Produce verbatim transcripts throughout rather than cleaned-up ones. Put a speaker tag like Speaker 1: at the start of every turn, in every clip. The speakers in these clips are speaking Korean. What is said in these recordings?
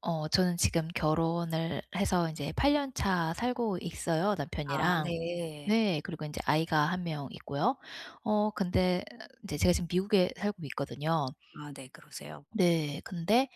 Speaker 1: 어 저는 지금 결혼을 해서 이제팔 년 차 살고 있어요,
Speaker 2: 아
Speaker 1: 남편이랑.
Speaker 2: 네.
Speaker 1: 네. 그리고 이제 아이가 한 명 있고요. 어 근데 이제 제가 지금 미국에 살고 있거든요.
Speaker 2: 아 네 그러세요.
Speaker 1: 네. 근데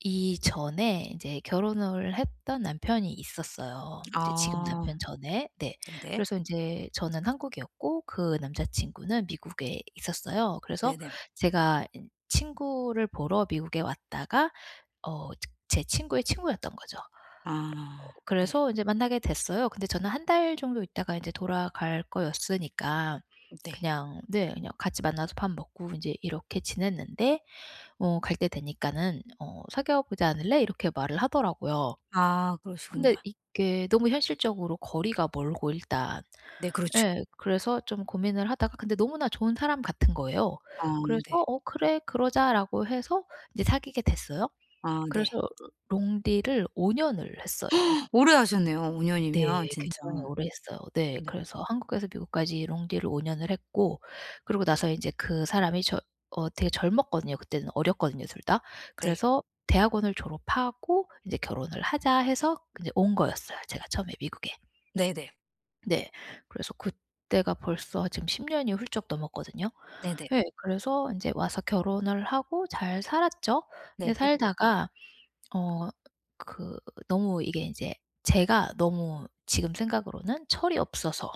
Speaker 1: 이전에 이제 결혼을 했던 남편이 있었어요. 이제 지금
Speaker 2: 아
Speaker 1: 남편 전에. 네.
Speaker 2: 네네.
Speaker 1: 그래서 이제 저는 한국이었고 그 남자 친구는 미국에 있었어요. 그래서
Speaker 2: 네네.
Speaker 1: 제가 친구를 보러 미국에 왔다가 어 제 친구의 친구였던 거죠.
Speaker 2: 아 네.
Speaker 1: 그래서 이제 만나게 됐어요. 근데 저는 한 달 정도 있다가 인제 돌아갈 거였으니까
Speaker 2: 네.
Speaker 1: 그냥 네 그냥 같이 만나서 밥 먹고 인제 이렇게 지냈는데 어 "갈 때 되니까는 어 사귀어 보지 않을래?" 이렇게 말을 하더라고요.
Speaker 2: 아 그러시군요.
Speaker 1: 근데 이게 너무 현실적으로 거리가 멀고 일단
Speaker 2: 네 그렇죠.
Speaker 1: 예 그래서 좀 고민을 하다가 근데 너무나 좋은 사람 같은 거예요.
Speaker 2: 아
Speaker 1: 그래서
Speaker 2: 네.
Speaker 1: "어 그래. 그러자."라고 해서 이제 사귀게 됐어요.
Speaker 2: 아
Speaker 1: 그래서
Speaker 2: 네.
Speaker 1: 롱디를 오 년 년을 했어요.
Speaker 2: 오래 하셨네요. 오
Speaker 1: 네.
Speaker 2: 년이면 진짜.
Speaker 1: 굉장히 오래 했어요. 네.
Speaker 2: 네.
Speaker 1: 그래서 한국에서 미국까지 롱디를 오 년 년을 했고 그러고 나서 인제 그 사람이 저 어 되게 젊었거든요. 그때는 어렸거든요, 둘 다.
Speaker 2: 네.
Speaker 1: 그래서 대학원을 졸업하고 인제 '결혼을 하자.' 해서 인제 온 거였어요, 제가 처음에 미국에.
Speaker 2: 네네.
Speaker 1: 네. 그래서 그때가 벌써 지금 십 년 년이 훌쩍 넘었거든요.
Speaker 2: 네네.
Speaker 1: 예. 그래서 인제 와서 결혼을 하고 잘 살았죠. 근데
Speaker 2: 네네.
Speaker 1: 살다가 어 그 너무 이게 이제 제가 너무 지금 생각으로는 철이 없어서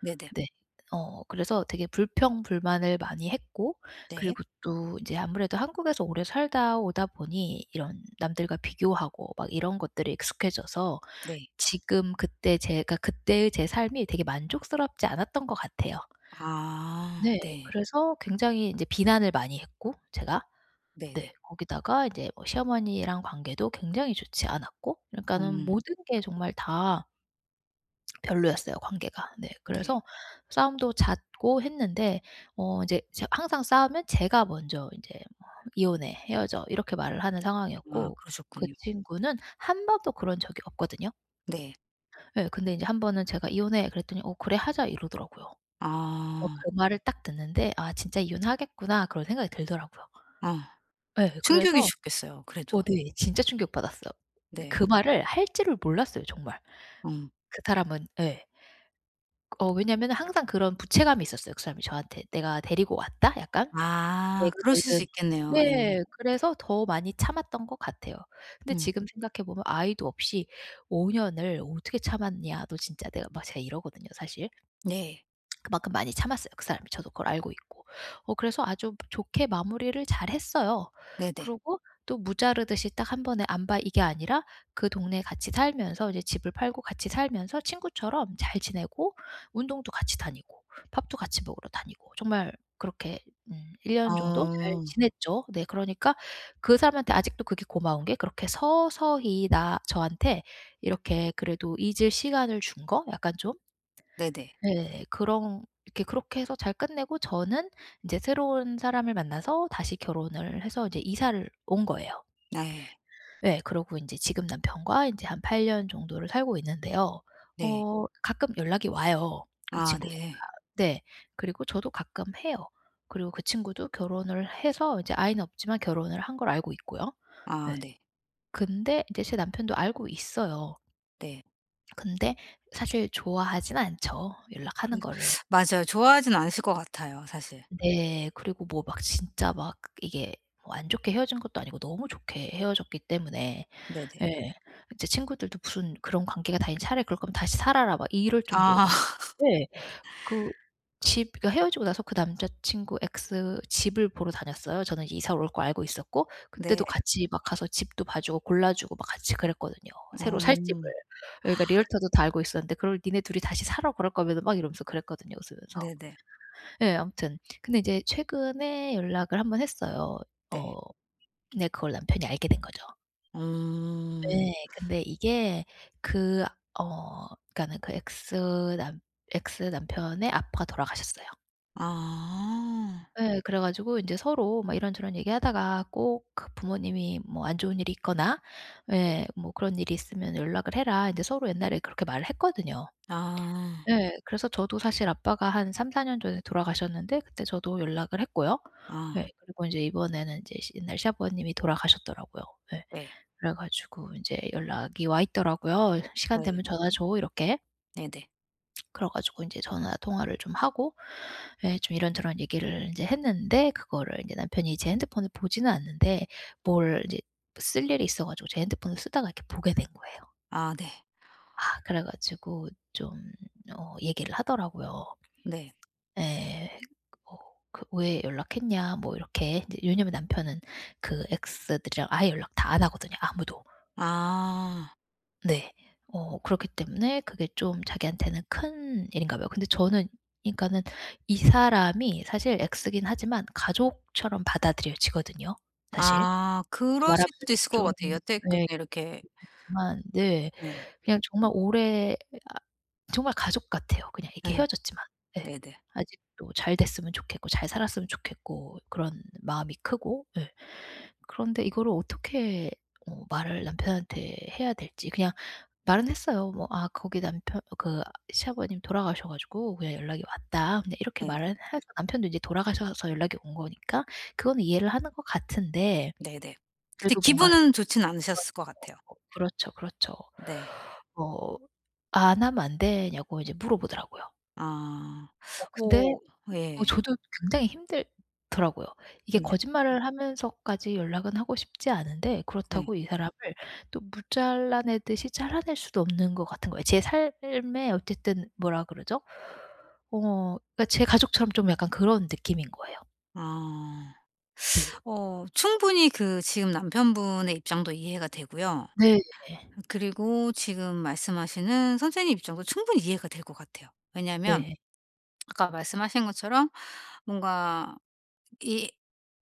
Speaker 2: 네네.
Speaker 1: 네. 어 그래서 되게 불평불만을 많이 했고
Speaker 2: 네.
Speaker 1: 그리고 또 이제 아무래도 한국에서 오래 살다 오다 보니 이런 남들과 비교하고 막 이런 것들이 익숙해져서
Speaker 2: 네.
Speaker 1: 지금 그때 제가 그때의 제 삶이 되게 만족스럽지 않았던 것 같아요.
Speaker 2: 아
Speaker 1: 네.
Speaker 2: 네.
Speaker 1: 그래서 굉장히 이제 비난을 많이 했고 제가. 네.
Speaker 2: 네네.
Speaker 1: 거기다가 이제 뭐 시어머니랑 관계도 굉장히 좋지 않았고 그러니까는
Speaker 2: 음
Speaker 1: 모든 게 정말 다 별로였어요 관계가. 네.
Speaker 2: 네.
Speaker 1: 그래서 싸움도 잦고 했는데 어 이제 제 항상 싸우면 제가 먼저 인제 뭐 "이혼해. 헤어져." 이렇게 말을 하는
Speaker 2: 아
Speaker 1: 상황이었고 그
Speaker 2: 그러셨군요.
Speaker 1: 친구는 한 번도 그런 적이 없거든요.
Speaker 2: 네.
Speaker 1: 예. 근데 인제 한 번은 제가 "이혼해." 그랬더니 "어 그래 하자." 이러더라고요. 어
Speaker 2: 아.
Speaker 1: 그 말을 딱 듣는데 '아 진짜 이혼하겠구나.' 그런 생각이 들더라고요.
Speaker 2: 아
Speaker 1: 예. 그래서
Speaker 2: 충격이셨겠어요
Speaker 1: 어
Speaker 2: 그래도.
Speaker 1: 네. 진짜 충격받았어요.
Speaker 2: 네.
Speaker 1: 그 말을 할 줄을 몰랐어요 정말.
Speaker 2: 음.
Speaker 1: 그 사람은 예. 어 왜냐면은 항상 그런 부채감이 있었어요 그 사람이 저한테. '내가 데리고 왔다?' 약간?
Speaker 2: 아
Speaker 1: 내가
Speaker 2: 그러실
Speaker 1: 뭐든
Speaker 2: 수 있겠네요. 예.
Speaker 1: 네. 그래서 더 많이 참았던 것 같아요. 근데
Speaker 2: 음.
Speaker 1: 지금 생각해 보면 '아이도 없이 오 년 년을 어떻게 참았냐. 너 진짜.' 내가 막 제가 이러거든요 사실.
Speaker 2: 네.
Speaker 1: 그만큼 많이 참았어요 그 사람이. 저도 그걸 알고 있고. 어 그래서 아주 좋게 마무리를 잘했어요. 그
Speaker 2: 네네.
Speaker 1: 리고 또 무자르듯이 딱 한 번에 안 봐 이게 아니라 그 동네에 같이 살면서 이제 집을 팔고 같이 살면서 친구처럼 잘 지내고 운동도 같이 다니고 밥도 같이 먹으러 다니고 정말 그렇게 음 1 년 정도 잘
Speaker 2: 어.
Speaker 1: 지냈죠. 네 그러니까 그 사람한테 아직도 그게 고마운 게 그렇게 서서히 나 저한테 이렇게 그래도 잊을 시간을 준 거 약간 좀
Speaker 2: 네네.
Speaker 1: 네, 그런 이렇게 그렇게 해서 잘 끝내고 저는 인제 새로운 사람을 만나서 다시 결혼을 해서 이제 이사를 온 거예요.
Speaker 2: 네.
Speaker 1: 예. 그러고 인제 지금 남편과 인제 한 팔 년 정도를 살고 있는데요.
Speaker 2: 네.
Speaker 1: 어 가끔 연락이 와요, 그
Speaker 2: 아
Speaker 1: 친구가.
Speaker 2: 네.
Speaker 1: 네. 그리고 저도 가끔 해요. 그리고 그 친구도 결혼을 해서 이제 아이는 없지만 결혼을 한 걸 알고 있고요.
Speaker 2: 아
Speaker 1: 예.
Speaker 2: 네.
Speaker 1: 근데 이제 제 남편도 알고 있어요.
Speaker 2: 네.
Speaker 1: 근데 사실 좋아하진 않죠, 연락하는 거를.
Speaker 2: 맞아요. 좋아하진 않으실 것 같아요 사실.
Speaker 1: 네. 그리고 뭐 막 진짜 막 이게 뭐 안 좋게 헤어진 것도 아니고 너무 좋게 헤어졌기 때문에
Speaker 2: 네네.
Speaker 1: 예. 이제 친구들도 "무슨 그런 관계가 다 있냐. 차라리 그럴 거면 다시 살아라." 막 이럴 정도로
Speaker 2: 아.
Speaker 1: 막 예. 그 집 그러니까 헤어지고 나서 그 남자 친구 X 집을 보러 다녔어요. 저는 이사 올 거 알고 있었고
Speaker 2: 네.
Speaker 1: 그때도 같이 막 가서 집도 봐 주고 골라 주고 막 같이 그랬거든요, 새로 살 집을.
Speaker 2: 어.
Speaker 1: 그러니까 리얼터도 다 알고 있었는데 그걸 "니네 둘이 다시 사러 그럴 거면은." 막 이러면서 그랬거든요, 웃으면서.
Speaker 2: 네네.
Speaker 1: 예 아무튼 근데 이제 최근에 연락을 한번 했어요.
Speaker 2: 네.
Speaker 1: 어 근데 그걸 남편이 알게 된 거죠.
Speaker 2: 음.
Speaker 1: 예. 근데 이게 그 어 그러니까는 그 x 남 x 남편의 아빠가 돌아가셨어요.
Speaker 2: 아.
Speaker 1: 예. 그래 가지고 이제 서로 막 이런저런 얘기하다가 꼭그 부모님이 뭐 "안 좋은 일이 있거나 예 뭐 그런 일이 있으면 연락을 해라." 이제 서로 옛날에 그렇게 말을 했거든요.
Speaker 2: 아.
Speaker 1: 네, 그래서 저도 사실 아빠가 한 삼사 년 전에 돌아가셨는데 그때 저도 연락을 했고요.
Speaker 2: 아.
Speaker 1: 예. 그리고 인제 이번에는 인제 시 옛날 시아버님이 돌아가셨더라고요. 예.
Speaker 2: 네.
Speaker 1: 그래 가지고 인제 연락이 와 있더라고요. "시간
Speaker 2: 네.
Speaker 1: 되면 전화 줘." 이렇게.
Speaker 2: 네네.
Speaker 1: 그래 가지고 인제 전화 통화를 좀 하고 예 좀 이런저런 얘기를 인제 했는데 그거를 인제 남편이 제 핸드폰을 보지는 않는데 뭘 인제 쓸 일이 있어 가지고 제 핸드폰을 쓰다가 이렇게 보게 된 거예요.
Speaker 2: 아 네.
Speaker 1: 아 그래 가지고 좀 어 얘기를 하더라고요.
Speaker 2: 네.
Speaker 1: 예. 어 그 "왜 연락했냐?" 뭐 이렇게 인제 왜냐면 남편은 그 엑스들이랑 아예 연락 다 안 하거든요 아무도.
Speaker 2: 아.
Speaker 1: 네. 어 그렇기 때문에 그게 좀 자기한테는 큰 일인가 봐요. 근데 저는 그러니까는 이 사람이 사실 엑스긴 하지만 가족처럼 받아들여지거든요 사실.
Speaker 2: 아.
Speaker 1: 이렇게 말하면
Speaker 2: 그러실 수도 있을 것
Speaker 1: 좀
Speaker 2: 같아요. 여태까지
Speaker 1: 예.
Speaker 2: 이렇게
Speaker 1: 지만 네.
Speaker 2: 예.
Speaker 1: 그냥 정말 오래 아 정말 가족 같아요 그냥 이렇게
Speaker 2: 예.
Speaker 1: 헤어졌지만. 예.
Speaker 2: 네네.
Speaker 1: 아직도 잘 됐으면 좋겠고 잘 살았으면 좋겠고 그런 마음이 크고 예. 그런데 이거를 어떻게 어 말을 남편한테 해야 될지 그냥 말은 했어요. 뭐 "아 거기 남편 그 시아버님 돌아가셔 가지고 그냥 연락이 왔다." 그냥 이렇게
Speaker 2: 네네.
Speaker 1: 말은 해서 남편도 이제 돌아가셔서 연락이 온 거니까 그거는 이해를 하는 것 같은데
Speaker 2: 네네. 근데
Speaker 1: 그래도 뭔가
Speaker 2: 기분은 좋진 않으셨을 것 같아요.
Speaker 1: 어 그렇죠, 그렇죠.
Speaker 2: 네.
Speaker 1: 어 "안 하면 안 되냐."고 이제 물어보더라고요.
Speaker 2: 아.
Speaker 1: 어 근데
Speaker 2: 오
Speaker 1: 어
Speaker 2: 예.
Speaker 1: 저도 굉장히 힘들더라고요. 이게
Speaker 2: 네.
Speaker 1: 거짓말을 하면서까지 연락은 하고 싶지 않은데
Speaker 2: 네.
Speaker 1: 그렇다고 이 사람을 또 무 잘라내듯이 잘라낼 수도 없는 것 같은 거예요. 제 삶에 어쨌든 뭐라 그러죠? 어 그러니까 제 가족처럼 좀 약간 그런 느낌인 거예요.
Speaker 2: 아.
Speaker 1: 네.
Speaker 2: 어 충분히 그 지금 남편분의 입장도 이해가 되고요.
Speaker 1: 네.
Speaker 2: 그리고 지금 말씀하시는 선생님 입장도 충분히 이해가 될 것 같아요. 왜냐하면
Speaker 1: 네.
Speaker 2: 아까 말씀하신 것처럼 뭔가 이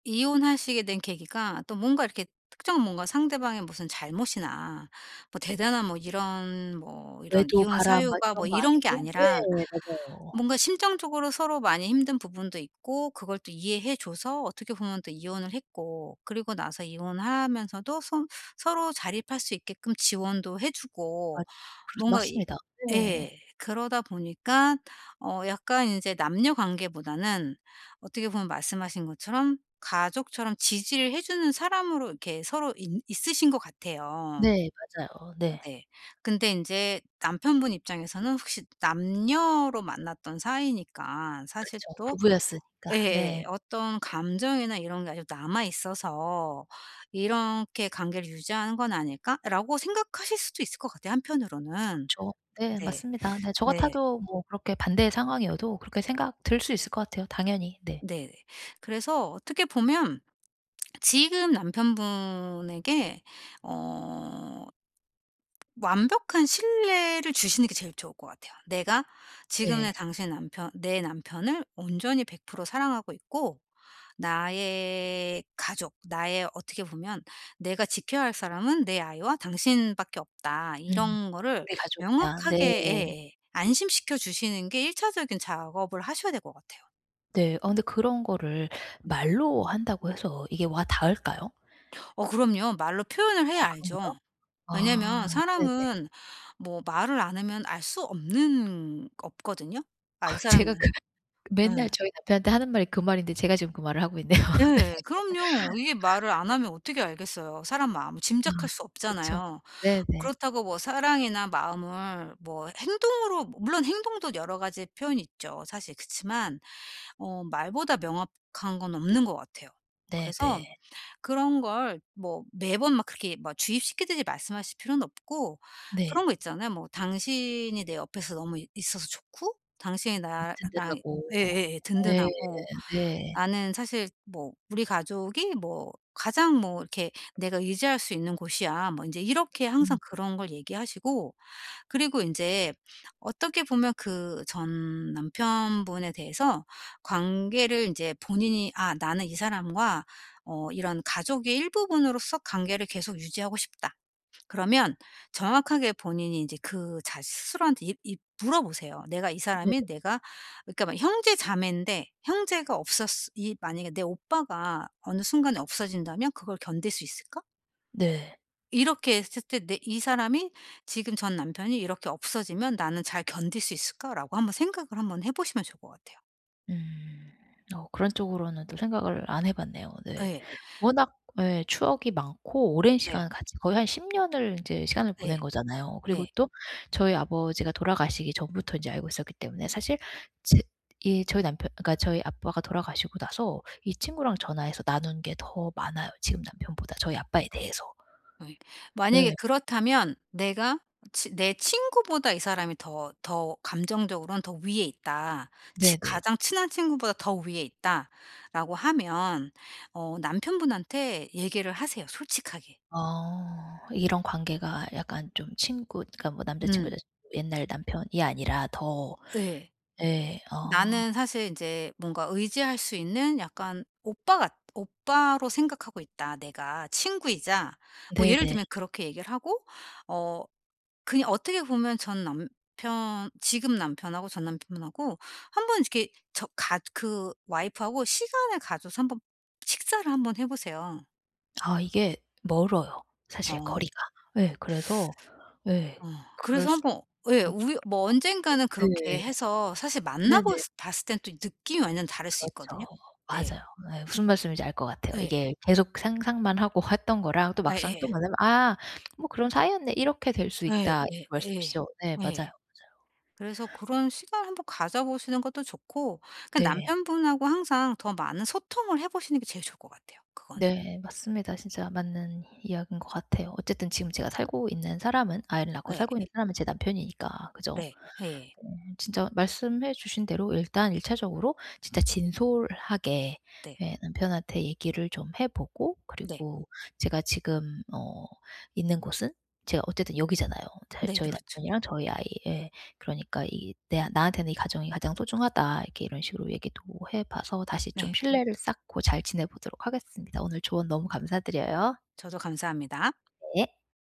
Speaker 2: 이혼하시게 된 계기가 또 뭔가 이렇게 특정 뭔가 상대방의 무슨 잘못이나 뭐 대단한 뭐 이런 뭐 이런
Speaker 1: 외도,
Speaker 2: 이혼
Speaker 1: 바람 막
Speaker 2: 사유가 뭐
Speaker 1: 이런 거
Speaker 2: 이런 게
Speaker 1: 아니고
Speaker 2: 아니라
Speaker 1: 네 맞아요.
Speaker 2: 뭔가 심정적으로 서로 많이 힘든 부분도 있고 그걸 또 이해해 줘서 어떻게 보면 또 이혼을 했고 그리고 나서 이혼하면서도 소 서로 자립할 수 있게끔 지원도 해 주고
Speaker 1: 맞 그렇
Speaker 2: 뭔가 이
Speaker 1: 맞습니다.
Speaker 2: 예.
Speaker 1: 네.
Speaker 2: 그러다 보니까 어 약간 이제 남녀 관계보다는 어떻게 보면 말씀하신 것처럼 가족처럼 지지를 해 주는 사람으로 이렇게 서로 있 있으신 것 같아요.
Speaker 1: 네 맞아요. 네.
Speaker 2: 네. 근데 인제 남편분 입장에서는 혹시 남녀로 만났던 사이니까 사실
Speaker 1: 그쵸.
Speaker 2: 또
Speaker 1: 부부였으니까.
Speaker 2: 예예.
Speaker 1: 네.
Speaker 2: 어떤 감정이나 이런 게 아직 남아 있어서 '이렇게 관계를 유지하는 건 아닐까?'라고 생각하실 수도 있을 것 같아요 한편으로는.
Speaker 1: 그쵸. 네
Speaker 2: 네.
Speaker 1: 맞습니다. 네 저
Speaker 2: 네.
Speaker 1: 같아도 뭐 그렇게 반대의 상황이어도 그렇게 생각 들 수 있을 것 같아요 당연히. 네.
Speaker 2: 네네. 그래서 어떻게 보면 지금 남편분에게 어 완벽한 신뢰를 주시는 게 제일 좋을 것 같아요. 내가 지금의
Speaker 1: 네.
Speaker 2: 당신 남편 내 남편을 온전히 백 퍼센트 사랑하고 있고 나의 가족, 나의 어떻게 보면 '내가 지켜야 할 사람은 내 아이와 당신밖에 없다.'
Speaker 1: 음.
Speaker 2: 이런 거를
Speaker 1: '우리 가족이다.'
Speaker 2: 명확하게
Speaker 1: 네.
Speaker 2: 예예. 안심시켜 주시는 게 일 차적인 작업을 하셔야 될 것 같아요.
Speaker 1: 네. 아 근데 그런 거를
Speaker 2: 네.
Speaker 1: 말로 한다고 해서 이게 와닿을까요?
Speaker 2: 어 그럼요. 말로 표현을
Speaker 1: 아
Speaker 2: 해야
Speaker 1: 그런가요?
Speaker 2: 알죠. 왜냐면
Speaker 1: 아 네네.
Speaker 2: 사람은 뭐 말을 안 하면 알 수 없는 없거든요. 아
Speaker 1: 아
Speaker 2: 이 사람이
Speaker 1: 제가
Speaker 2: 나
Speaker 1: 그 맨날
Speaker 2: 예.
Speaker 1: 저희 남편한테 하는 말이 그 말인데 제가 지금 그 말을 하고 있네요.
Speaker 2: 예. 그럼요. 이게 말을 안 하면 어떻게 알겠어요. 사람 마음을
Speaker 1: 아
Speaker 2: 짐작할 수
Speaker 1: 그쵸.
Speaker 2: 없잖아요.
Speaker 1: 네네.
Speaker 2: 그렇다고 뭐 사랑이나 마음을 뭐 행동으로 물론 행동도 여러 가지 표현이 있죠 사실. 그치만 어 말보다 명확한 건 없는 것 같아요. 그래서
Speaker 1: 네네.
Speaker 2: 그런 걸 뭐 매번 막 그렇게 막 주입시키듯이 말씀하실 필요는 없고
Speaker 1: 네.
Speaker 2: 그런 거 있잖아요. 뭐 당신이 내 옆에서 너무 이 있어서 좋고 당신이 나랑
Speaker 1: 든든하고.
Speaker 2: 예예예
Speaker 1: 네.
Speaker 2: 든든하고
Speaker 1: 네.
Speaker 2: 나는 사실 뭐 우리 가족이 뭐 가장 뭐 이렇게 "내가 의지할 수 있는 곳이야." 뭐 이제 이렇게 항상
Speaker 1: 음.
Speaker 2: 그런 걸 얘기하시고 그리고 이제 어떻게 보면 그 전 남편분에 대해서 관계를 이제 본인이 '아 나는 이 사람과 어 이런 가족의 일부분으로서 관계를 계속 유지하고 싶다.' 그러면 정확하게 본인이 이제 그 자 스스로한테 이 이 물어보세요. 내가 이 사람이
Speaker 1: 네네.
Speaker 2: 내가 그러니까 막 형제 자매인데 형제가 없었이 만약에 내 오빠가 어느 순간에 없어진다면 그걸 견딜 수 있을까?
Speaker 1: 네.
Speaker 2: 이렇게 했을 때 내 '이 사람이 지금 전 남편이 이렇게 없어지면 나는 잘 견딜 수 있을까?'라고 한번 생각을 한번 해 보시면 좋을 것 같아요.
Speaker 1: 음. 어 그런 쪽으로는 또 생각을 안 해 봤네요. 네.
Speaker 2: 네
Speaker 1: 워낙 예 추억이 많고 오랜
Speaker 2: 네.
Speaker 1: 시간 같이 거의 한 십 년 년을 인제 시간을 보낸
Speaker 2: 네.
Speaker 1: 거잖아요. 그리고
Speaker 2: 네
Speaker 1: 또 저희 아버지가 돌아가시기 전부터 인제 알고 있었기 때문에 사실 제 이 저희 남편 그러니까 저희 아빠가 돌아가시고 나서 이 친구랑 전화해서 나눈 게 더 많아요, 지금 남편보다 저희
Speaker 2: 네.
Speaker 1: 아빠에 대해서.
Speaker 2: 네. 만약에
Speaker 1: 네.
Speaker 2: 그렇다면 내가 치 '내 친구보다 이 사람이 더 더 감정적으로는 더 위에 있다. 치
Speaker 1: 네네.
Speaker 2: 가장 친한 친구보다 더 위에 있다.'라고 하면 어 남편분한테 얘기를 하세요 솔직하게.
Speaker 1: 어. 이런 관계가 약간 좀 친구 그러니까 뭐 남자친구
Speaker 2: 음
Speaker 1: 여자친구 옛날 남편이 아니라 더
Speaker 2: 네.
Speaker 1: 예. 어
Speaker 2: 나는 사실 이제 뭔가 의지할 수 있는 약간 오빠 같 오빠로 생각하고 있다 내가 친구이자 뭐 예를
Speaker 1: 네네.
Speaker 2: 들면 그렇게 얘기를 하고 어 그냥 어떻게 보면 전 남편 지금 남편하고 전 남편하고 한번 이렇게 저 가 그 와이프하고 시간을 가져서 한번 식사를 한번 해 보세요.
Speaker 1: 아 이게 멀어요 사실
Speaker 2: 어.
Speaker 1: 거리가. 예. 그래서 예.
Speaker 2: 어.
Speaker 1: 그럴
Speaker 2: 그래서 한
Speaker 1: 수
Speaker 2: 번 예.
Speaker 1: 없
Speaker 2: 우리 뭐 언젠가는 그렇게
Speaker 1: 네.
Speaker 2: 해서 사실
Speaker 1: 네네.
Speaker 2: 만나봤을 봤을 땐 또 느낌이 완전 다를 수 있거든요.
Speaker 1: 그렇죠.
Speaker 2: 네.
Speaker 1: 맞아요. 예. 무슨 말씀인지 알 것 같아요.
Speaker 2: 예.
Speaker 1: 이게 계속 상상만 하고 했던 거랑 또 막상
Speaker 2: 예예.
Speaker 1: 또 만나면 '아 뭐 그런 사이였네.' 이렇게 될 수
Speaker 2: 예.
Speaker 1: 있다 이런
Speaker 2: 예. 예. 예.
Speaker 1: 말씀이시죠? 네. 맞아요,
Speaker 2: 예.
Speaker 1: 맞아요.
Speaker 2: 그래서 그런 시간을 번 가져보시는 것도 좋고 그
Speaker 1: 네.
Speaker 2: 남편분하고 항상 더 많은 소통을 해 보시는 게 제일 좋을 것 같아요, 그거는.
Speaker 1: 네. 맞습니다. 진짜 맞는 이야기인 것 같아요. 어쨌든 지금 제가 살고 있는 사람은 아이를 낳고
Speaker 2: 예.
Speaker 1: 살고 있는 사람은 제 남편이니까. 그죠?
Speaker 2: 네. 예.
Speaker 1: 어, 진짜 말씀해 주신 대로 일단 일 차 차적으로 진짜 진솔하게
Speaker 2: 네.
Speaker 1: 예 남편한테 얘기를 좀 해 보고
Speaker 2: 네.
Speaker 1: 그리고 제가 지금 어 있는 곳은 제가 어쨌든 여기잖아요. 자-
Speaker 2: 네네.
Speaker 1: 저희
Speaker 2: 그렇죠.
Speaker 1: 남편이랑 저희 아이 예. 그러니까 이 내 나한테는 '이 가정이 가장 소중하다.' 이렇게 이런 식으로 얘기도 해 봐서 다시 좀
Speaker 2: 네.
Speaker 1: 신뢰를 쌓고 잘 지내 보도록 하겠습니다. 오늘 조언 너무 감사드려요.
Speaker 2: 저도 감사합니다.
Speaker 1: 네.